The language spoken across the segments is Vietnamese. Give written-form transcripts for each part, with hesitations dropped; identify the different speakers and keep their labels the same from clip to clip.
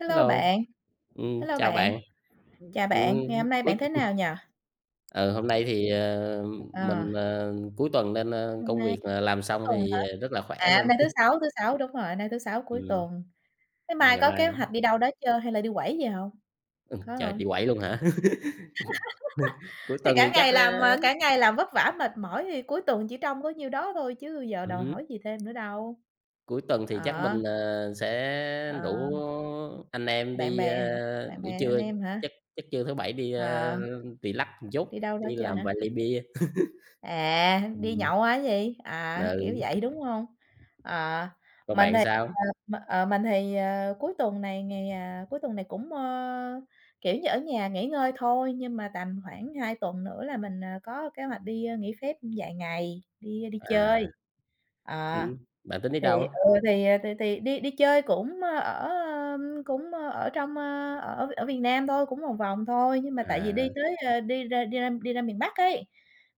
Speaker 1: Hello
Speaker 2: Hello,
Speaker 1: bạn,
Speaker 2: ừm,
Speaker 1: hello
Speaker 2: chào
Speaker 1: bạn,
Speaker 2: bạn.
Speaker 1: chào
Speaker 2: Ừm,
Speaker 1: bạn, ngày hôm nay
Speaker 2: cuối
Speaker 1: bạn thế nào nhỉ?
Speaker 2: ừ, Hôm nay thì,
Speaker 1: Ờ,
Speaker 2: mình, cuối tuần nên,
Speaker 1: Hôm
Speaker 2: công
Speaker 1: nay
Speaker 2: việc, làm
Speaker 1: cuối
Speaker 2: xong
Speaker 1: tuần hả?
Speaker 2: thì, rất là khỏe
Speaker 1: À, hôm
Speaker 2: luôn.
Speaker 1: nay thứ Sáu, đúng rồi, hôm nay thứ Sáu cuối
Speaker 2: Ừm,
Speaker 1: tuần. Thế
Speaker 2: là
Speaker 1: mai
Speaker 2: ngày
Speaker 1: có
Speaker 2: mai
Speaker 1: kế hoạch đi đâu đó chưa hay là đi quẩy gì không? Có
Speaker 2: Trời,
Speaker 1: không?
Speaker 2: đi quẩy luôn hả? Cuối
Speaker 1: Thì
Speaker 2: tuần thì
Speaker 1: cả
Speaker 2: chắc,
Speaker 1: ngày
Speaker 2: ơ
Speaker 1: làm, ờ, cả ngày làm vất vả mệt mỏi thì cuối tuần chỉ trông có nhiêu đó thôi chứ giờ đòi
Speaker 2: ừm
Speaker 1: hỏi gì thêm nữa đâu.
Speaker 2: cuối tuần thì chắc
Speaker 1: Ờ,
Speaker 2: mình, sẽ
Speaker 1: ờ,
Speaker 2: rủ anh em
Speaker 1: bạn
Speaker 2: đi,
Speaker 1: bè hả? Bạn
Speaker 2: buổi
Speaker 1: bè anh
Speaker 2: trưa,
Speaker 1: em
Speaker 2: chắc
Speaker 1: hả?
Speaker 2: chắc trưa thứ Bảy đi,
Speaker 1: Ờ,
Speaker 2: relax một chút,
Speaker 1: đi đâu đó
Speaker 2: đi
Speaker 1: chưa
Speaker 2: làm vài
Speaker 1: hả?
Speaker 2: ly bia.
Speaker 1: À, đi
Speaker 2: Ừm,
Speaker 1: nhậu hả gì? À, kiểu
Speaker 2: ừ,
Speaker 1: vậy, đúng không? À,
Speaker 2: Còn
Speaker 1: mình
Speaker 2: bạn
Speaker 1: thì,
Speaker 2: sao?
Speaker 1: ờ, cuối tuần này ngày, cuối tuần này cũng, kiểu như, ở nhà nghỉ ngơi thôi, nhưng mà tầm khoảng 2 tuần nữa là mình, có kế hoạch đi, nghỉ phép vài ngày, đi
Speaker 2: À,
Speaker 1: chơi. À
Speaker 2: ừm, Bạn tính đi
Speaker 1: thì
Speaker 2: đâu?
Speaker 1: ừ, thì, à, thì thì đi đi chơi cũng, cũng, ở trong, ơ, ở ở Việt Nam thôi, cũng vòng vòng thôi, nhưng mà tại vì
Speaker 2: À,
Speaker 1: đi tới, đi ra miền Bắc ấy,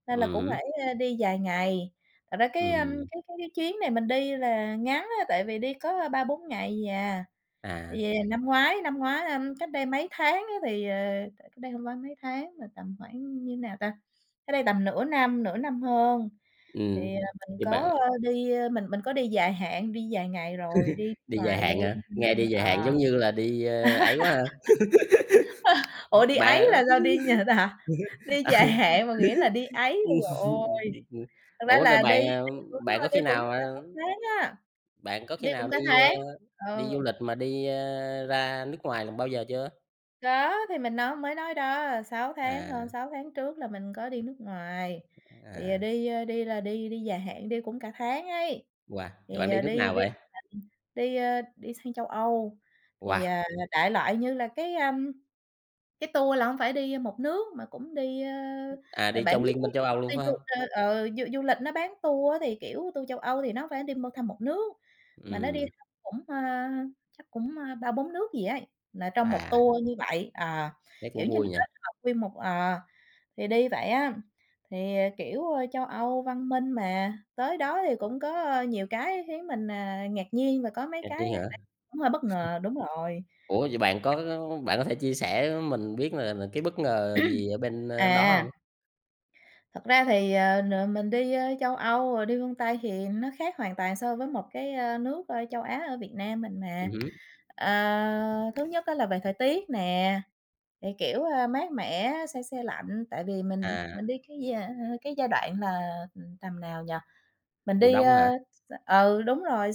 Speaker 1: nên là cũng
Speaker 2: ừm
Speaker 1: phải, đi vài ngày. Thật ra cái, ưm,
Speaker 2: Ừm,
Speaker 1: cái chuyến này mình đi là ngắn á, tại vì đi có 3, 4 ngày gì à.
Speaker 2: à,
Speaker 1: Về năm ngoái, cách đây mấy tháng á thì, cách đây hông phải mấy tháng mà tầm khoảng như nào ta? Cách đây tầm nửa năm hơn. Thì,
Speaker 2: ừm,
Speaker 1: à, mình
Speaker 2: thì
Speaker 1: có,
Speaker 2: bạn
Speaker 1: ơ, đi, ơ mình có đi dài hạn, đi vài ngày rồi, đi nước
Speaker 2: đi dài
Speaker 1: ngoài
Speaker 2: hạn
Speaker 1: luôn,
Speaker 2: hả?
Speaker 1: cho
Speaker 2: Nghe
Speaker 1: nên
Speaker 2: đi dài
Speaker 1: ờ.
Speaker 2: hạn giống như là đi, ấy quá ha,
Speaker 1: Ủa, đi Ấy
Speaker 2: bạn,
Speaker 1: là sao? Đi Nhật hả? Đi
Speaker 2: ờ
Speaker 1: dài hạn mà nghĩa là đi Ấy luôn rồi, ôi! Thật ra
Speaker 2: ủa, rồi
Speaker 1: là đi
Speaker 2: bạn, à,
Speaker 1: đi đúng
Speaker 2: bạn
Speaker 1: rồi,
Speaker 2: có
Speaker 1: đi
Speaker 2: khi
Speaker 1: cũng
Speaker 2: nào,
Speaker 1: cả
Speaker 2: à,
Speaker 1: cả tháng á,
Speaker 2: bạn có khi
Speaker 1: đi cũng
Speaker 2: nào
Speaker 1: cả
Speaker 2: đi,
Speaker 1: tháng. Ừ.
Speaker 2: đi du lịch mà đi, ra nước ngoài lần bao giờ chưa?
Speaker 1: Có, thì mình mới nói đó, sáu tháng, hơn
Speaker 2: À,
Speaker 1: sáu tháng trước là mình có đi nước ngoài, thì, à,
Speaker 2: à,
Speaker 1: đi, đi là đi đi dài hạn, đi cũng cả tháng ấy.
Speaker 2: wow, vậy
Speaker 1: Thì,
Speaker 2: bạn đi
Speaker 1: à,
Speaker 2: nước
Speaker 1: đi
Speaker 2: nào
Speaker 1: đi
Speaker 2: vậy?
Speaker 1: đi, đi sang châu Âu, thì,
Speaker 2: Wow,
Speaker 1: à, đại loại như là cái, cái tour là hông phải đi một nước mà cũng đi,
Speaker 2: Đi
Speaker 1: bạn
Speaker 2: trong
Speaker 1: biết
Speaker 2: Liên
Speaker 1: mấy
Speaker 2: minh châu
Speaker 1: cái
Speaker 2: Âu
Speaker 1: công
Speaker 2: luôn
Speaker 1: ty
Speaker 2: phải hông?
Speaker 1: du ờ, ờ, du du lịch nó bán tour á, thì, kiểu, tour châu Âu thì nó phải đi mua thăm một nước, mà nó đi
Speaker 2: Ừm,
Speaker 1: thăm cũng, chắc cũng, 3, 4 nước gì ấy, là trong một
Speaker 2: à,
Speaker 1: tour như vậy. Ờ,
Speaker 2: Thế cũng
Speaker 1: kiểu như, nó
Speaker 2: vui nhỉ,
Speaker 1: kết hợp nguyên một ờ, thì đi vậy á, thì, ờ, kiểu, châu Âu văn minh mà, tới đó thì cũng có, nhiều cái khiến mình, à, ngạc nhiên và có mấy
Speaker 2: ngạc
Speaker 1: cái
Speaker 2: nhiên hả?
Speaker 1: bạn cũng hơi bất ngờ, đúng rồi.
Speaker 2: Ủa, vậy bạn có thể chia sẻ mình biết là cái bất ngờ gì ở bên, đó hông?
Speaker 1: À. Thật ra thì, ờ, n mình đi, châu Âu rồi đi phương Tây thì nó khác hoàn toàn so với một cái, nước, châu Á ở Việt Nam mình mà.
Speaker 2: Ừm hứm,
Speaker 1: Ờ, thứ nhất á là về thời tiết nè, thì, kiểu, mát mẻ, se se lạnh, tại vì
Speaker 2: à,
Speaker 1: mình đi cái giai đoạn là, ừ, tầm nào nhỉ? Mình
Speaker 2: Mùa
Speaker 1: đi,
Speaker 2: đông hả?
Speaker 1: ừ, đúng rồi,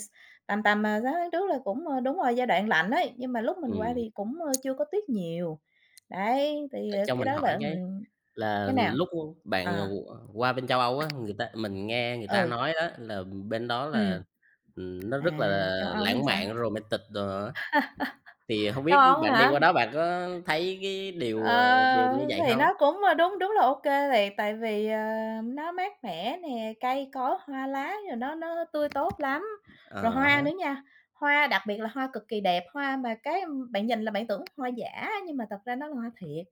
Speaker 1: tầm tầm, à, 6 tháng trước là cũng, ơ đúng rồi, giai đoạn lạnh đấy nhưng mà lúc mình qua
Speaker 2: Ừm,
Speaker 1: thì cũng, chưa có tuyết nhiều. Đấy, thì,
Speaker 2: ờ,
Speaker 1: ờ,
Speaker 2: cho
Speaker 1: cái
Speaker 2: mình
Speaker 1: đó là
Speaker 2: hỏi cái là
Speaker 1: cái nào?
Speaker 2: lúc bạn,
Speaker 1: À,
Speaker 2: qua bên châu Âu á, người ta mình nghe người ta
Speaker 1: ừ,
Speaker 2: nói á là bên đó
Speaker 1: ừm.
Speaker 2: là, nó
Speaker 1: À,
Speaker 2: rất là
Speaker 1: châu Âu nó
Speaker 2: lãng
Speaker 1: sao?
Speaker 2: mạn, romantic đồ á, thì hông
Speaker 1: Châu
Speaker 2: biết
Speaker 1: Âu
Speaker 2: bạn đi
Speaker 1: hả?
Speaker 2: qua đó bạn có thấy cái điều,
Speaker 1: Ờ,
Speaker 2: điều như vậy
Speaker 1: thì
Speaker 2: không?
Speaker 1: nó cũng, ờ, đúng đúng là ô kê thiệt, tại vì, ờ, nó mát mẻ nè, cây cối, hoa lá rồi nó tươi tốt lắm.
Speaker 2: À
Speaker 1: Rồi hoa
Speaker 2: há,
Speaker 1: nữa nha, hoa đặc biệt là hoa cực kỳ đẹp, hoa mà cái bạn nhìn là bạn tưởng hoa giả nhưng mà thật ra nó là hoa thiệt.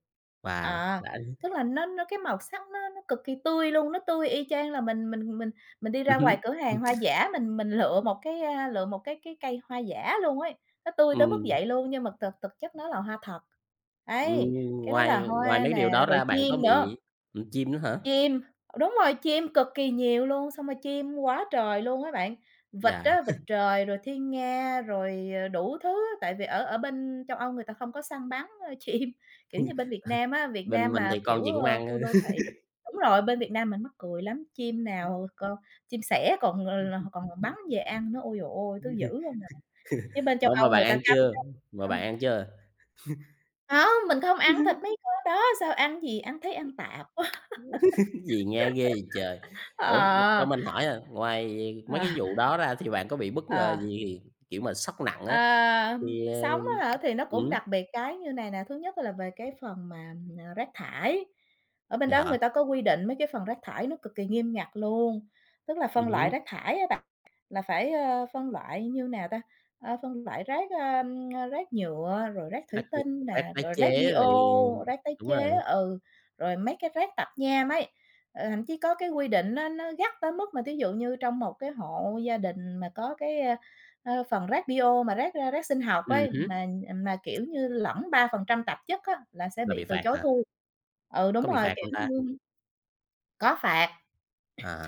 Speaker 2: wow,
Speaker 1: Ờ,
Speaker 2: đã
Speaker 1: tức là nó cái màu sắc nó cực kỳ tươi luôn, nó tươi y chang là mình đi
Speaker 2: ừm
Speaker 1: ra
Speaker 2: hứm,
Speaker 1: ngoài cửa hàng hoa giả mình lựa một cái, lựa một cái cây hoa giả luôn ấy. Nó tươi
Speaker 2: ừm,
Speaker 1: tới mức
Speaker 2: ừm,
Speaker 1: vậy luôn, nhưng mà thực thực chất nó là hoa thật.
Speaker 2: ừm,
Speaker 1: Đấy, cái đó là
Speaker 2: ngoài ngoài
Speaker 1: hoa
Speaker 2: mấy điều đó
Speaker 1: nè, rồi
Speaker 2: ra bạn
Speaker 1: chim
Speaker 2: có
Speaker 1: nữa,
Speaker 2: bị, chim nữa hả?
Speaker 1: chim đúng rồi, chim cực kỳ nhiều luôn, xong rồi chim quá trời luôn á bạn. Vịt
Speaker 2: Dạ,
Speaker 1: á, vịt trời, rồi thiên nga, rồi, đủ thứ á, tại vì ở ở bên châu Âu người ta không có săn bắn, chim, kiểu như, bên Việt Nam á, Việt
Speaker 2: bên
Speaker 1: Nam
Speaker 2: mình
Speaker 1: mà,
Speaker 2: thì con
Speaker 1: kiểu,
Speaker 2: gì cũng
Speaker 1: khu
Speaker 2: ăn,
Speaker 1: đô thị đúng rồi, bên Việt Nam mình mắc cười lắm, chim nào con chim sẻ còn, còn bắn về ăn nữa, ôi giời ơi, thứ dữ không à. Chứ bên châu
Speaker 2: ủa, mà
Speaker 1: Âu
Speaker 2: bạn
Speaker 1: người ta
Speaker 2: ăn
Speaker 1: cấm
Speaker 2: chưa?
Speaker 1: lắm,
Speaker 2: Mà bạn
Speaker 1: cấm.
Speaker 2: ăn chưa?
Speaker 1: Hông, mình không ăn thịt mấy con đó, sao ăn gì, ăn thấy ăn tạp quá.
Speaker 2: Cái gì nghe ghê vậy trời! Ủa, cho
Speaker 1: Ờ,
Speaker 2: mình hỏi à, ngoài mấy
Speaker 1: ờ.
Speaker 2: cái vụ đó ra thì bạn có bị bất ngờ
Speaker 1: Ờ.
Speaker 2: gì, kiểu mà, sốc nặng á,
Speaker 1: À,
Speaker 2: thì, ờ
Speaker 1: sống á hả? Thì nó cũng
Speaker 2: ừm,
Speaker 1: đặc biệt cái như này nè, thứ nhất là về cái phần mà, rác thải. Ở bên
Speaker 2: vậy
Speaker 1: đó
Speaker 2: hả?
Speaker 1: người ta có quy định mấy cái phần rác thải nó cực kỳ nghiêm ngặt luôn, tức là phân
Speaker 2: Hứm,
Speaker 1: loại rác thải á bạn, là phải, phân loại như nào ta? Ờ, phân loại rác, rác nhựa, rồi rác thủy tinh
Speaker 2: tác
Speaker 1: nè,
Speaker 2: Tái
Speaker 1: rồi rác
Speaker 2: chế rồi
Speaker 1: bio, rác tái
Speaker 2: đúng
Speaker 1: chế,
Speaker 2: rồi,
Speaker 1: ừ, rồi mấy cái rác tạp nham ấy. Ờ, thậm chí có cái quy định nó gắt tới mức mà thí dụ như trong một cái hộ gia đình mà có cái, a. Ờ, phần rác bio mà rác sinh học
Speaker 2: ừm
Speaker 1: ấy,
Speaker 2: hứm,
Speaker 1: mà kiểu như, lẫn 3% tạp chất á, là sẽ
Speaker 2: là bị
Speaker 1: bị từ
Speaker 2: phạt
Speaker 1: chối
Speaker 2: hả?
Speaker 1: thu. Ừ, đúng
Speaker 2: Có bị
Speaker 1: rồi,
Speaker 2: phạt
Speaker 1: kiểu
Speaker 2: không ta?
Speaker 1: như, có phạt,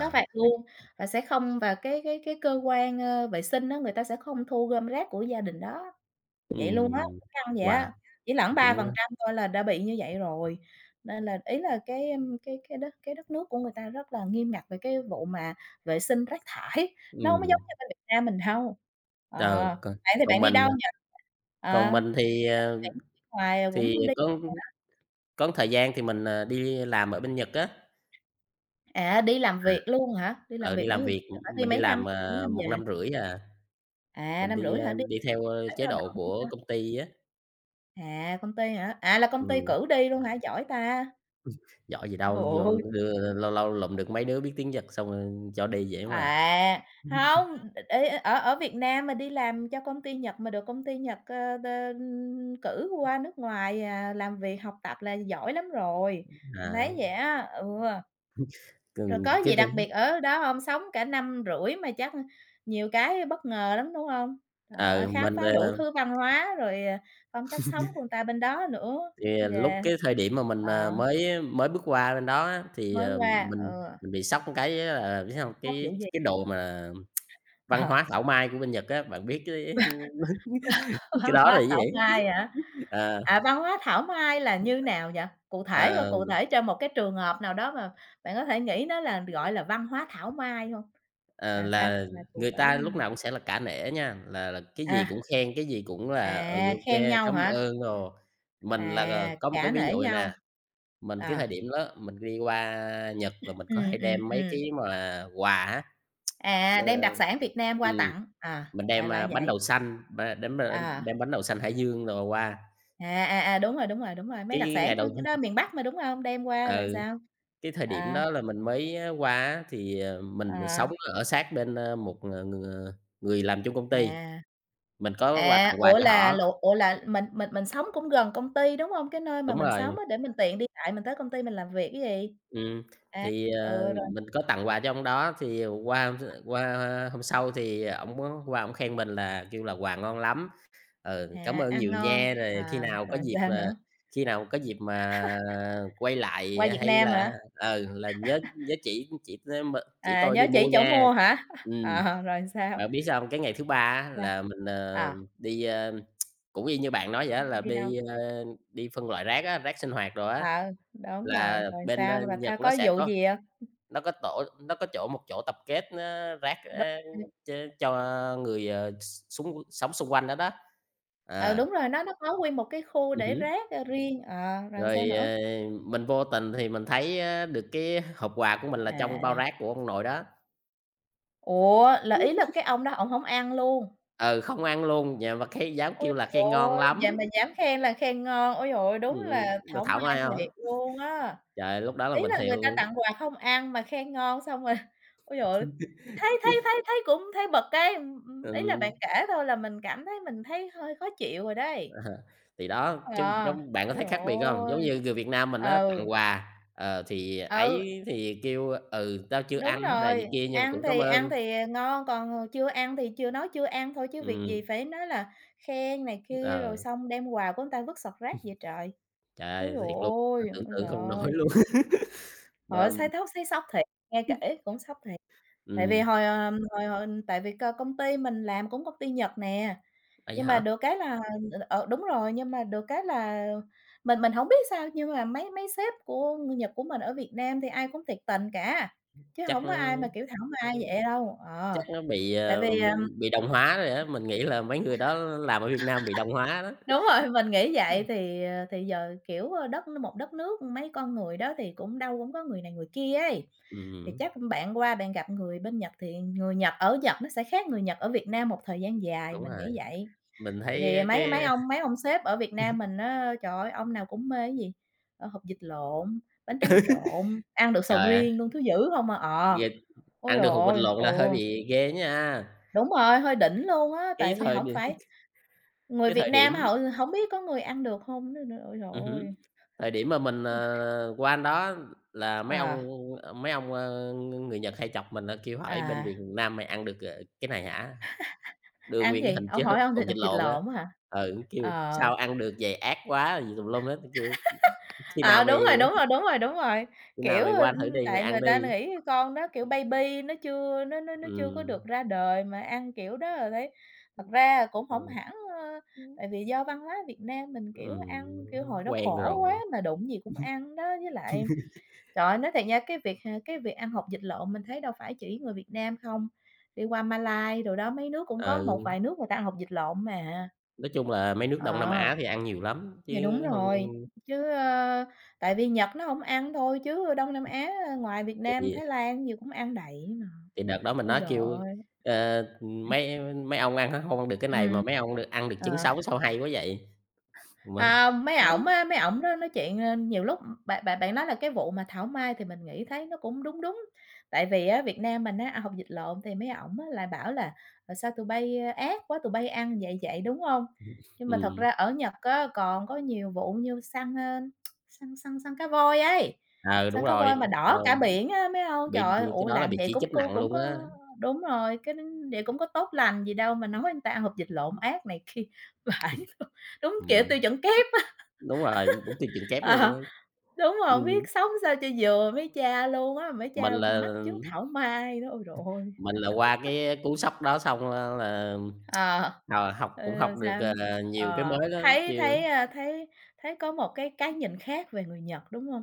Speaker 1: có phạt luôn và sẽ không và cái cơ quan, vệ sinh á, người ta sẽ không thu gom rác của gia đình đó. Vậy luôn á,
Speaker 2: ừm,
Speaker 1: căng vậy
Speaker 2: wow,
Speaker 1: á, chỉ lẫn
Speaker 2: cũng
Speaker 1: 3% thôi là đã bị như vậy rồi. Nên là ý là cái, ưm, cái cái đất nước của người ta rất là nghiêm ngặt về cái vụ mà vệ sinh rác thải, nó hông có
Speaker 2: ừm,
Speaker 1: giống như bên Việt Nam mình đâu. Ờ,
Speaker 2: ờ, còn
Speaker 1: bạn thì
Speaker 2: còn
Speaker 1: bạn đi
Speaker 2: mình
Speaker 1: đâu
Speaker 2: à,
Speaker 1: nhỉ? Ờ,
Speaker 2: còn
Speaker 1: bạn
Speaker 2: mình thì,
Speaker 1: thì bạn bạn ngoài
Speaker 2: thì
Speaker 1: cũng đi
Speaker 2: có có thời gian thì mình, đi làm ở bên Nhật á,
Speaker 1: à, đi làm
Speaker 2: à,
Speaker 1: việc luôn hả? Đi làm
Speaker 2: đi
Speaker 1: việc mấy
Speaker 2: làm
Speaker 1: giờ bây
Speaker 2: việc,
Speaker 1: giờ phải đi
Speaker 2: mình đi làm,
Speaker 1: mấy năm
Speaker 2: 1
Speaker 1: về?
Speaker 2: năm rưỡi à.
Speaker 1: À,
Speaker 2: Mình
Speaker 1: năm
Speaker 2: đi,
Speaker 1: rưỡi hả? Đi
Speaker 2: đi theo,
Speaker 1: hợp tác
Speaker 2: chế
Speaker 1: lao
Speaker 2: độ
Speaker 1: động hay
Speaker 2: của
Speaker 1: sao?
Speaker 2: công ty á,
Speaker 1: À, công ty hả? À, là công ty
Speaker 2: ừm,
Speaker 1: cử đi luôn hả? Giỏi ta!
Speaker 2: giỏi gì đâu,
Speaker 1: Ồ!
Speaker 2: vô đưa lâu lâu lụm được mấy đứa biết tiếng Nhật xong rồi cho đi vậy mà.
Speaker 1: À, không ê, ở ở Việt Nam mà đi làm cho công ty Nhật mà được công ty Nhật, ơ, đ cử qua nước ngoài, à, làm việc, học tập là giỏi lắm rồi, mình
Speaker 2: À,
Speaker 1: thấy vậy á. Ừ, rồi
Speaker 2: cần
Speaker 1: có
Speaker 2: cái
Speaker 1: gì
Speaker 2: thứ
Speaker 1: đặc biệt ở đó không? Sống cả năm rưỡi mà chắc nhiều cái bất ngờ lắm, đúng không? Trời ơi,
Speaker 2: ờ,
Speaker 1: khám
Speaker 2: mình,
Speaker 1: phá đủ
Speaker 2: ờ,
Speaker 1: thứ văn hóa rồi, à, phong cách sống của người ta bên đó nữa.
Speaker 2: Thì lúc
Speaker 1: Yeah,
Speaker 2: cái thời điểm mà mình,
Speaker 1: ờ,
Speaker 2: mới mới bước qua bên đó á, thì,
Speaker 1: mới qua,
Speaker 2: mình
Speaker 1: ừ,
Speaker 2: mình bị sốc một cái á là biết hông?
Speaker 1: sốc vụ
Speaker 2: Cái
Speaker 1: gì?
Speaker 2: cái đồ mà văn
Speaker 1: Ờ,
Speaker 2: hóa thảo mai của bên Nhật á, bạn biết cái
Speaker 1: văn
Speaker 2: đó là
Speaker 1: hóa
Speaker 2: cái gì?
Speaker 1: tổng ai hả?
Speaker 2: Ờ.
Speaker 1: À, văn hóa thảo mai là như nào vậy? Cụ thể coi,
Speaker 2: Ờ.
Speaker 1: cụ thể trong một cái trường hợp nào đó mà bạn có thể nghĩ nó là gọi là văn hóa thảo mai hông?
Speaker 2: Ờ,
Speaker 1: Là sao?
Speaker 2: là
Speaker 1: Là cụ
Speaker 2: người
Speaker 1: thể
Speaker 2: ta
Speaker 1: như
Speaker 2: lúc
Speaker 1: nào?
Speaker 2: nào cũng sẽ là cả nể nha, là cái gì
Speaker 1: À.
Speaker 2: cũng khen, cái gì cũng là "Ừ,
Speaker 1: À, khen nhau
Speaker 2: cám
Speaker 1: hả?
Speaker 2: ơn" đồ. Mình là
Speaker 1: À,
Speaker 2: có một cái
Speaker 1: cả
Speaker 2: ví
Speaker 1: nể
Speaker 2: dụ vầy
Speaker 1: nhau.
Speaker 2: nè, mình cái thời
Speaker 1: À,
Speaker 2: điểm đó mình đi qua Nhật là mình có hay đem mấy
Speaker 1: ừm.
Speaker 2: cái mà quà á,
Speaker 1: À,
Speaker 2: ờ,
Speaker 1: đem đặc sản Việt Nam qua
Speaker 2: ừm,
Speaker 1: tặng, à,
Speaker 2: mình
Speaker 1: đại
Speaker 2: đem,
Speaker 1: loại
Speaker 2: bánh
Speaker 1: vậy.
Speaker 2: đậu xanh, ba đem b
Speaker 1: À,
Speaker 2: đem bánh đậu xanh Hải Dương đồ qua.
Speaker 1: à, đúng rồi, đúng rồi, đúng rồi, mấy
Speaker 2: Cái
Speaker 1: đặc
Speaker 2: cái ngày
Speaker 1: sản
Speaker 2: đầu
Speaker 1: đó miền Bắc mà, đúng hông? Đem qua rồi
Speaker 2: ừ,
Speaker 1: sao?
Speaker 2: cái thời điểm
Speaker 1: À,
Speaker 2: đó là mình mới qua á thì, mình
Speaker 1: ờ.
Speaker 2: sống ở sát bên, một, người làm chung công ty,
Speaker 1: À.
Speaker 2: mình có qua
Speaker 1: À,
Speaker 2: tặng quà
Speaker 1: ủa
Speaker 2: cho
Speaker 1: là
Speaker 2: họ.
Speaker 1: lộn ủa là mình sống cũng gần công ty, đúng hông? Cái nơi mà
Speaker 2: Đúng
Speaker 1: mình sống
Speaker 2: rồi,
Speaker 1: á, để mình tiện đi lại mình tới công ty mình làm việc ấy gì?
Speaker 2: ừm,
Speaker 1: À,
Speaker 2: thì,
Speaker 1: ừ, rồi
Speaker 2: mình có tặng quà cho ông đó, thì qua hôm sau thì ổng có qua ổng khen mình là kêu là "Quà ngon lắm, ừ, cảm
Speaker 1: à,
Speaker 2: ơn
Speaker 1: ăn
Speaker 2: nhiều
Speaker 1: ngon,
Speaker 2: nha, rồi khi
Speaker 1: à,
Speaker 2: nào có
Speaker 1: rồi
Speaker 2: dịp,
Speaker 1: sao
Speaker 2: ờ,
Speaker 1: nữa?
Speaker 2: khi nào có dịp mà quay lại
Speaker 1: Qua Việt
Speaker 2: hay
Speaker 1: Nam
Speaker 2: là"
Speaker 1: hả?
Speaker 2: ừ, "là nhớ nhớ chỉ tới m chỉ
Speaker 1: À,
Speaker 2: tôi đi
Speaker 1: nhớ
Speaker 2: mua
Speaker 1: chỉ chỗ
Speaker 2: nha."
Speaker 1: mua hả?
Speaker 2: Ừm,
Speaker 1: Ờ, rồi sao?
Speaker 2: bạn biết sao hông? Cái ngày thứ ba á
Speaker 1: Sao?
Speaker 2: là mình,
Speaker 1: À,
Speaker 2: đi, ơ, cũng y như bạn nói vậy á, là
Speaker 1: đi đâu?
Speaker 2: đi, đi phân loại rác á, rác sinh hoạt đồ á.
Speaker 1: Ờ, đúng rồi,
Speaker 2: Là
Speaker 1: rồi
Speaker 2: bên,
Speaker 1: sao? Rồi
Speaker 2: Nhật
Speaker 1: tha
Speaker 2: nó
Speaker 1: có
Speaker 2: sẽ
Speaker 1: vụ
Speaker 2: có
Speaker 1: gì hông?
Speaker 2: nó có một chỗ tập kết, rác,
Speaker 1: Đúng,
Speaker 2: ơ, ch cho người, ờ, x xung sống xung quanh đó đó.
Speaker 1: ừ,
Speaker 2: À,
Speaker 1: đúng rồi, nó có nguyên một cái khu
Speaker 2: ừm
Speaker 1: để
Speaker 2: hứm,
Speaker 1: rác, riêng, ờ, rồi sao
Speaker 2: Rồi,
Speaker 1: nữa?
Speaker 2: mình vô tình thì mình thấy, á, được cái hộp quà của mình là trong bao
Speaker 1: À.
Speaker 2: rác của ông nội đó.
Speaker 1: Ủa, là ý là cái ông đó ổng hổng ăn luôn?
Speaker 2: Ừ, không ăn luôn, nhà mà khen dám
Speaker 1: Ôi
Speaker 2: kêu là
Speaker 1: trời
Speaker 2: khen ngon
Speaker 1: ơi, vậy
Speaker 2: lắm,
Speaker 1: mà dám khen là khen ngon, ôi trời ơi, đúng là
Speaker 2: được
Speaker 1: thảo
Speaker 2: thảo
Speaker 1: mai
Speaker 2: mai hông.
Speaker 1: thiệt luôn á.
Speaker 2: Trời, lúc đó là
Speaker 1: Ý
Speaker 2: mình
Speaker 1: là
Speaker 2: thèm
Speaker 1: người ta
Speaker 2: luôn.
Speaker 1: tặng quà không ăn mà khen ngon xong rồi ôi trời ơi, thấy thấy thấy thấy cũng thấy bực cái, ý là bạn
Speaker 2: Ừm.
Speaker 1: kể thôi là mình cảm thấy thấy hơi khó chịu rồi đấy.
Speaker 2: À, thì đó,
Speaker 1: Ờ,
Speaker 2: chứ
Speaker 1: ôi
Speaker 2: giống bạn có
Speaker 1: trời
Speaker 2: thấy khác biệt hông? Giống
Speaker 1: ơi.
Speaker 2: như người Việt Nam mình á, tặng
Speaker 1: Ừ,
Speaker 2: quà, thì
Speaker 1: ừ.
Speaker 2: ấy thì kêu, "Ừ, tao chưa ăn"
Speaker 1: Đúng
Speaker 2: hay là này
Speaker 1: rồi,
Speaker 2: kia nhưng mà cũng "Cảm ơn."
Speaker 1: ăn thì, ngon, còn, chưa ăn thì chưa nói chưa ăn thôi chứ việc
Speaker 2: Ừm,
Speaker 1: gì phải nói là khen này kia, rồi
Speaker 2: ờ,
Speaker 1: xong đem quà của người ta vứt sọt rác vậy trời.
Speaker 2: Trời
Speaker 1: Ôi
Speaker 2: ơi,
Speaker 1: giời
Speaker 2: thiệt luôn, mà
Speaker 1: ôi,
Speaker 2: tưởng
Speaker 1: ôi
Speaker 2: tượng
Speaker 1: giời
Speaker 2: không nổi
Speaker 1: ơi!
Speaker 2: luôn.
Speaker 1: Trời
Speaker 2: Mà
Speaker 1: ơi, thấy sốc thiệt, nghe kể cũng sốc thiệt. Tại vì
Speaker 2: ừm,
Speaker 1: hồi, ờ, hồi hồi tại vì công ty mình làm cũng công ty Nhật nè.
Speaker 2: Vậy
Speaker 1: Nhưng mà
Speaker 2: hả?
Speaker 1: được cái là đúng rồi, nhưng mà được cái là mình hổng biết sao nhưng mà mấy mấy sếp của Nhật của mình ở Việt Nam thì ai cũng tuyệt tình cả, chứ
Speaker 2: Chắc
Speaker 1: hổng
Speaker 2: nó
Speaker 1: có ai mà, kiểu, thảo mai vậy đâu. Ờ,
Speaker 2: bị,
Speaker 1: tại vì,
Speaker 2: bị đồng hóa rồi á, mình nghĩ là mấy người đó làm ở Việt Nam bị đồng hóa đó.
Speaker 1: đúng rồi, mình nghĩ vậy thì, thì giờ, kiểu, đất đất nước mấy con người đó thì cũng đâu cũng có người này người kia ấy. Thì
Speaker 2: Ừm,
Speaker 1: chắc bạn qua bạn gặp người bên Nhật thì người Nhật ở Nhật nó sẽ khác người Nhật ở Việt Nam một thời gian dài,
Speaker 2: đúng
Speaker 1: mình
Speaker 2: rồi,
Speaker 1: nghĩ vậy.
Speaker 2: mình
Speaker 1: Tại vì
Speaker 2: thấy
Speaker 1: mấy
Speaker 2: cái
Speaker 1: mấy ông sếp ở Việt Nam mình á, trời ơi, ông nào cũng mê cái gì, hột vịt lộn, bánh tráng trộn, ăn được sầu
Speaker 2: trời ơi,
Speaker 1: riêng luôn, thứ dữ không à. Ờ,
Speaker 2: ghê.
Speaker 1: ôi
Speaker 2: Ăn
Speaker 1: trời
Speaker 2: được hột vịt
Speaker 1: ơi,
Speaker 2: lộn
Speaker 1: ừ,
Speaker 2: là hơi bị ghê á nha.
Speaker 1: đúng rồi, hơi đỉnh luôn á,
Speaker 2: Cái
Speaker 1: tại vì
Speaker 2: thời đ
Speaker 1: hổng phải người
Speaker 2: cái
Speaker 1: Việt
Speaker 2: thời
Speaker 1: Nam
Speaker 2: điểm
Speaker 1: họ hổng biết có người ăn được không nữa nữa, ôi trời
Speaker 2: Hứm.
Speaker 1: ơi.
Speaker 2: Thời điểm mà mình, qua anh đó là
Speaker 1: Ờ, à,
Speaker 2: mấy ông, người Nhật hay chọc mình, kêu hỏi bên
Speaker 1: à,
Speaker 2: Việt Nam "Mày ăn được, cái này hả?" Đưa
Speaker 1: ăn
Speaker 2: nguyên
Speaker 1: cái
Speaker 2: cái
Speaker 1: gì?
Speaker 2: hình chứ
Speaker 1: Ông hỏi ông
Speaker 2: hột
Speaker 1: thịt
Speaker 2: vịt
Speaker 1: hột vịt
Speaker 2: lộn á,
Speaker 1: lộn á hả?
Speaker 2: ừ, kêu
Speaker 1: Ờ.
Speaker 2: "Sao ăn được vậy, ác quá!" gì tùm lum hết, kêu "Khi nào
Speaker 1: Ờ,
Speaker 2: mày
Speaker 1: đúng rồi, đúng rồi, đúng rồi, đúng rồi,
Speaker 2: khi nào
Speaker 1: kiểu,
Speaker 2: mày qua thử đi, mày
Speaker 1: tại
Speaker 2: ăn
Speaker 1: người ta
Speaker 2: đi."
Speaker 1: nghĩ con đó, kiểu, baby nó chưa có
Speaker 2: Ừm,
Speaker 1: được ra đời mà ăn kiểu đó rồi thấy thật ra cũng hổng
Speaker 2: ừm,
Speaker 1: hẳn, tại vì do văn hóa Việt Nam mình, kiểu, ăn, kiểu, hồi đó
Speaker 2: Quen
Speaker 1: khổ quá
Speaker 2: rồi,
Speaker 1: mà đụng gì cũng ăn đó, với lại, trời ơi, nói thiệt nha, cái việc ăn hột vịt lộn mình thấy đâu phải chỉ người Việt Nam không, đi qua Malai đồ đó, mấy nước cũng có một
Speaker 2: ừ,
Speaker 1: vài nước người ta ăn hột vịt lộn mà,
Speaker 2: nói chung là mấy nước Đông Nam
Speaker 1: ờ.
Speaker 2: Á thì ăn nhiều lắm,
Speaker 1: Thì đúng
Speaker 2: chứ không
Speaker 1: rồi, chứ, tại vì Nhật nó hổng ăn thôi chứ Đông Nam Á, ngoài Việt Nam,
Speaker 2: thì.
Speaker 1: Thái Lan gì cũng ăn đầy mà.
Speaker 2: Thì đợt đó mình
Speaker 1: Ôi
Speaker 2: nói
Speaker 1: giời
Speaker 2: kêu,
Speaker 1: ơi!
Speaker 2: ờ, "Mấy mấy ông ăn hông ăn được cái này mà
Speaker 1: Ừm.
Speaker 2: mấy ông được ăn được
Speaker 1: Ờ.
Speaker 2: trứng sống sao hay quá vậy?" Mà
Speaker 1: À, mấy
Speaker 2: đó,
Speaker 1: ổng á, mấy ổng nó nói chuyện, nhiều lúc bạn bạn bạn nói là cái vụ mà thảo mai thì mình nghĩ thấy nó cũng đúng đúng. Tại vì á, Việt Nam mình á, à, hông, dịch lộn, thì mấy ổng á lại bảo là "Ờ, sao tụi bay, ơ, ác quá, tụi bay ăn vậy vậy", đúng hông? Nhưng mà thật
Speaker 2: ừm,
Speaker 1: ra ở Nhật á, còn có nhiều vụ như săn, ơ, săn săn săn cá voi ấy,
Speaker 2: ờ, Đúng
Speaker 1: săn cá
Speaker 2: rồi,
Speaker 1: voi mà đỏ
Speaker 2: là
Speaker 1: cả biển á, mấy ông. Trời
Speaker 2: bị
Speaker 1: ơi,
Speaker 2: cái
Speaker 1: ủa,
Speaker 2: đó là
Speaker 1: làm
Speaker 2: bị
Speaker 1: vậy
Speaker 2: chỉ
Speaker 1: cũng
Speaker 2: trích nặng
Speaker 1: cũng
Speaker 2: luôn á.
Speaker 1: có đúng rồi, cái vậy cũng có tốt lành gì đâu mà nói người ta ăn hộp vịt lộn ác này kia, vãi. Đúng kiểu
Speaker 2: Ừm,
Speaker 1: tiêu chuẩn kép á,
Speaker 2: đúng rồi, đúng tiêu chuẩn kép luôn
Speaker 1: ờ,
Speaker 2: á.
Speaker 1: đúng rồi, hổng
Speaker 2: Ừm,
Speaker 1: biết sống sao cho vừa mấy cha luôn á, mấy
Speaker 2: mình
Speaker 1: cha
Speaker 2: là
Speaker 1: mắt chứng thảo mai đó, ôi trời ơi!
Speaker 2: mình là qua cái cú sốc đó xong á là,
Speaker 1: Ờ.
Speaker 2: học
Speaker 1: Ừ,
Speaker 2: cũng
Speaker 1: làm
Speaker 2: học được,
Speaker 1: sao?
Speaker 2: nhiều cái
Speaker 1: Ờ,
Speaker 2: mới đó,
Speaker 1: thấy
Speaker 2: kêu
Speaker 1: thấy, a, thấy thấy có một cái nhìn khác về người Nhật, đúng hông?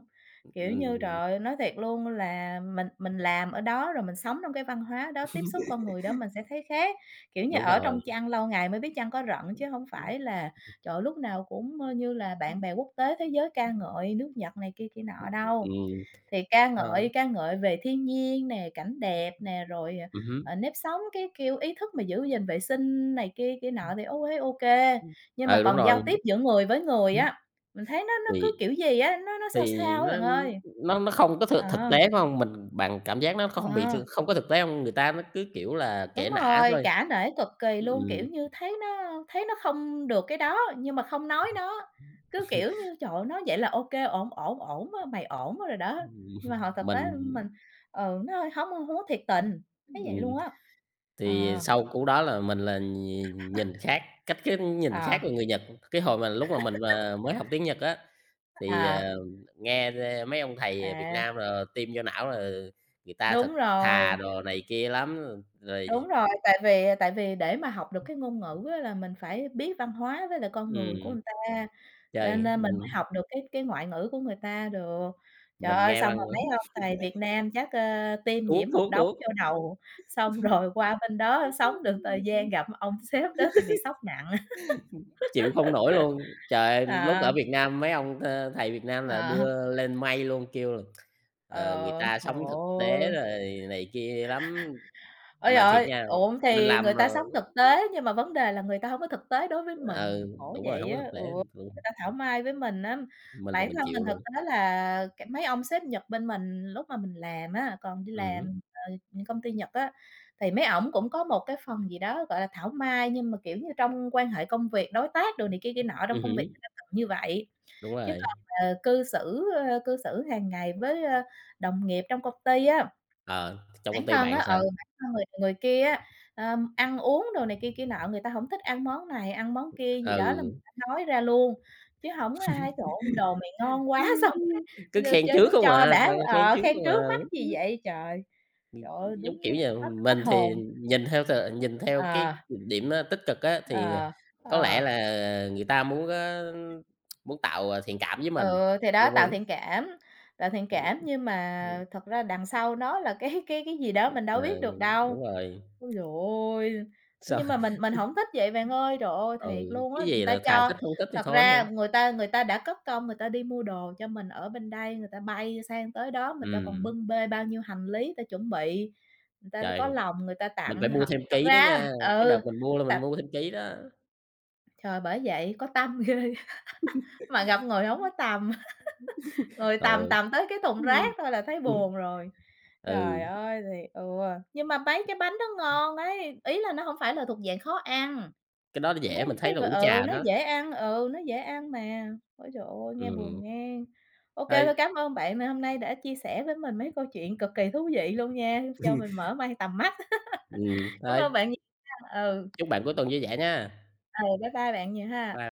Speaker 1: Kiểu như,
Speaker 2: ừm,
Speaker 1: trời ơi, nói thiệt luôn là mình làm ở đó rồi mình sống trong cái văn hóa đó, tiếp xúc con người đó mình sẽ thấy khác. Kiểu như,
Speaker 2: đúng
Speaker 1: ở
Speaker 2: rồi,
Speaker 1: trong chăn lâu ngày mới biết chăn có rận chứ hông phải là, trời ơi, lúc nào cũng, như là bạn bè quốc tế thế giới ca ngợi nước Nhật này kia kia nọ đâu.
Speaker 2: ừm,
Speaker 1: Thì
Speaker 2: ờ,
Speaker 1: ca ngợi về thiên nhiên nè, cảnh đẹp nè, rồi, ờ,
Speaker 2: ừm hứm,
Speaker 1: ờ, nếp sống, cái kiểu ý thức mà giữ gìn vệ sinh này kia kia nọ thì ok. Nhưng mà
Speaker 2: ừ, đúng
Speaker 1: còn
Speaker 2: rồi,
Speaker 1: giao tiếp giữa người với người
Speaker 2: hứm,
Speaker 1: á, mình thấy nó cứ
Speaker 2: thì
Speaker 1: kiểu gì á, nó sao
Speaker 2: thì
Speaker 1: sao á bạn ơi.
Speaker 2: nó không có thực thực
Speaker 1: Ờ,
Speaker 2: tế, phải hông? Mình bằng cảm giác nó không bị
Speaker 1: ờ.
Speaker 2: thực không có thực tế hông? Người ta nó cứ, kiểu là, kể
Speaker 1: Đúng
Speaker 2: nã
Speaker 1: rồi,
Speaker 2: thôi.
Speaker 1: cả nể cực kỳ luôn, kiểu
Speaker 2: Ừm,
Speaker 1: như, thấy nó không được cái đó, nhưng mà không nói nó, cứ, kiểu như, "Trời ơi, nói vậy là ok ổn á, mày ổn rồi đó."
Speaker 2: ừm,
Speaker 1: Nhưng mà họ thực tế
Speaker 2: mình
Speaker 1: mình ừ, nó hơi hông hông có thiệt tình, thấy vậy
Speaker 2: ừm,
Speaker 1: luôn á. Ờ,
Speaker 2: thì sau cú đó là mình là nhìn nhìn khác, cái nhìn
Speaker 1: ờ,
Speaker 2: khác về người Nhật. Cái hồi mà lúc mà mình mà mới học tiếng Nhật á, thì,
Speaker 1: à,
Speaker 2: nghe t mấy ông thầy Việt
Speaker 1: à,
Speaker 2: Nam là tiêm vô não là người ta thật
Speaker 1: đúng rồi.
Speaker 2: thà đồ này kia lắm, rồi
Speaker 1: Đúng rồi, tại vì, à, tại vì để mà học được cái ngôn ngữ á là mình phải biết văn hóa với lại con người của
Speaker 2: ừm,
Speaker 1: người ta, nên
Speaker 2: trời,
Speaker 1: nên mình mới học được cái ngoại ngữ của người ta được. Trời
Speaker 2: mình
Speaker 1: ơi,
Speaker 2: nghe
Speaker 1: xong
Speaker 2: băng
Speaker 1: rồi mấy ông thầy Việt Nam chắc, tiêm
Speaker 2: thuốc,
Speaker 1: nhiễm một
Speaker 2: thuốc,
Speaker 1: đống
Speaker 2: thuốc.
Speaker 1: vô đầu, xong rồi qua bên đó sống được thời gian gặp ông sếp đó thì bị sốc nặng.
Speaker 2: Chịu không nổi luôn. Trời ơi, lúc
Speaker 1: Ờ,
Speaker 2: ở Việt Nam mấy ông th thầy Việt Nam là
Speaker 1: ờ,
Speaker 2: đưa lên mây luôn, kêu là, người
Speaker 1: ờ,
Speaker 2: ta
Speaker 1: trời
Speaker 2: sống thực tế rồi
Speaker 1: ơi!
Speaker 2: này kia lắm,
Speaker 1: Ôi trời
Speaker 2: mà thiệt
Speaker 1: ơi!
Speaker 2: nha,
Speaker 1: Uổng
Speaker 2: mình
Speaker 1: thì người
Speaker 2: làm,
Speaker 1: ta
Speaker 2: ờ
Speaker 1: sống thực tế, nhưng mà vấn đề là người ta hông có thực tế đối với
Speaker 2: ừ,
Speaker 1: mình, khổ
Speaker 2: đúng rồi,
Speaker 1: vậy
Speaker 2: hông có
Speaker 1: á.
Speaker 2: thực
Speaker 1: Ừ,
Speaker 2: tế, ừ,
Speaker 1: người ta thảo mai với mình á. Bản
Speaker 2: mình
Speaker 1: thân
Speaker 2: chịu
Speaker 1: mình thực
Speaker 2: luôn.
Speaker 1: tế là mấy ông sếp Nhật bên mình lúc mà mình làm á, còn đi
Speaker 2: Hứm,
Speaker 1: làm, công ty Nhật á, thì mấy ổng cũng có một cái phần gì đó, gọi là, thảo mai, nhưng mà, kiểu như, trong quan hệ công việc, đối tác đồ này kia kia nọ trong công việc
Speaker 2: hứm,
Speaker 1: người ta cần như vậy.
Speaker 2: Đúng
Speaker 1: Chứ
Speaker 2: rồi.
Speaker 1: còn, cư xử, cư xử hàng ngày với, đồng nghiệp trong công ty á
Speaker 2: Ờ, trong công
Speaker 1: bản
Speaker 2: ty
Speaker 1: thân
Speaker 2: bạn
Speaker 1: á, ừ,
Speaker 2: sao?
Speaker 1: bản thân người người kia á, ăn uống đồ này kia kia nọ, người ta hổng thích ăn món này, ăn món kia gì đó là người
Speaker 2: Ừ.
Speaker 1: ta nói ra luôn, chứ hổng có ai: "Trời ơi, đồ mày ngon quá!" xong
Speaker 2: Cứ
Speaker 1: cái
Speaker 2: khen trước
Speaker 1: nó
Speaker 2: không
Speaker 1: cho
Speaker 2: à,
Speaker 1: đã,
Speaker 2: toàn là khen trước
Speaker 1: khen
Speaker 2: không à.
Speaker 1: trước mắt gì vậy trời. Trời ơi,
Speaker 2: Giống
Speaker 1: đúng
Speaker 2: kiểu như,
Speaker 1: hết hết
Speaker 2: mình thì
Speaker 1: hồn.
Speaker 2: nhìn theo cái
Speaker 1: Ờ,
Speaker 2: điểm á tích cực á, thì,
Speaker 1: ờ,
Speaker 2: có lẽ
Speaker 1: ờ.
Speaker 2: là người ta muốn á tạo, thiện cảm với mình,
Speaker 1: Ừ, thì đó,
Speaker 2: nhưng mà
Speaker 1: tạo thiện cảm, nhưng mà thật ra đằng sau nó là cái gì đó mình đâu
Speaker 2: ờ,
Speaker 1: biết được đâu.
Speaker 2: đúng rồi,
Speaker 1: Ôi giời ôi!
Speaker 2: sao
Speaker 1: Nhưng mà mình hổng thích vậy bạn ơi, trời ơi,
Speaker 2: ừ,
Speaker 1: thiệt luôn á,
Speaker 2: cái
Speaker 1: người
Speaker 2: gì
Speaker 1: ta
Speaker 2: là thà
Speaker 1: cho
Speaker 2: thích không thích thì
Speaker 1: thật
Speaker 2: thôi ha.
Speaker 1: ra người ta đã cất công người ta đi mua đồ cho mình ở bên đây, người ta bay sang tới đó, người ta còn
Speaker 2: Ừm,
Speaker 1: bưng bê bao nhiêu hành lý, người ta chuẩn bị, người ta
Speaker 2: trời,
Speaker 1: có lòng người ta
Speaker 2: mình
Speaker 1: tặng
Speaker 2: phải mua thêm
Speaker 1: thật
Speaker 2: ký đó
Speaker 1: ra
Speaker 2: nha, cái đợt
Speaker 1: ừ,
Speaker 2: mình mua là
Speaker 1: t
Speaker 2: mình mua thêm ký đó.
Speaker 1: trời, bởi vậy, có tâm ghê, mà gặp người hổng có tầm. Rồi tầm
Speaker 2: rồi
Speaker 1: tầm tới cái thùng rác thôi là thấy buồn rồi. Trời
Speaker 2: ừ,
Speaker 1: ơi, thì ừ, nhưng mà mấy cái bánh đó ngon đấy, ý là nó hông phải là thuộc dạng khó ăn,
Speaker 2: cái đó
Speaker 1: mấy
Speaker 2: dễ, mình
Speaker 1: cái
Speaker 2: thấy là
Speaker 1: v
Speaker 2: uống
Speaker 1: ừ,
Speaker 2: trà
Speaker 1: nó
Speaker 2: đó.
Speaker 1: dễ ăn, ừ, nó dễ ăn mà. Ôi trời ơi, nghe buồn
Speaker 2: Ừm,
Speaker 1: nghe. Ô kê,
Speaker 2: thôi,
Speaker 1: thôi cám ơn bạn nè, hôm nay đã chia sẻ với mình mấy câu chuyện cực kỳ thú vị luôn nha, cho mình mở mang tầm mắt. Cảm
Speaker 2: thôi,
Speaker 1: ơn bạn nhiều nha. Ừ,
Speaker 2: chúc bạn cuối tuần vui vẻ nha.
Speaker 1: ừ, bye bye bạn nhiều ha.
Speaker 2: Bye.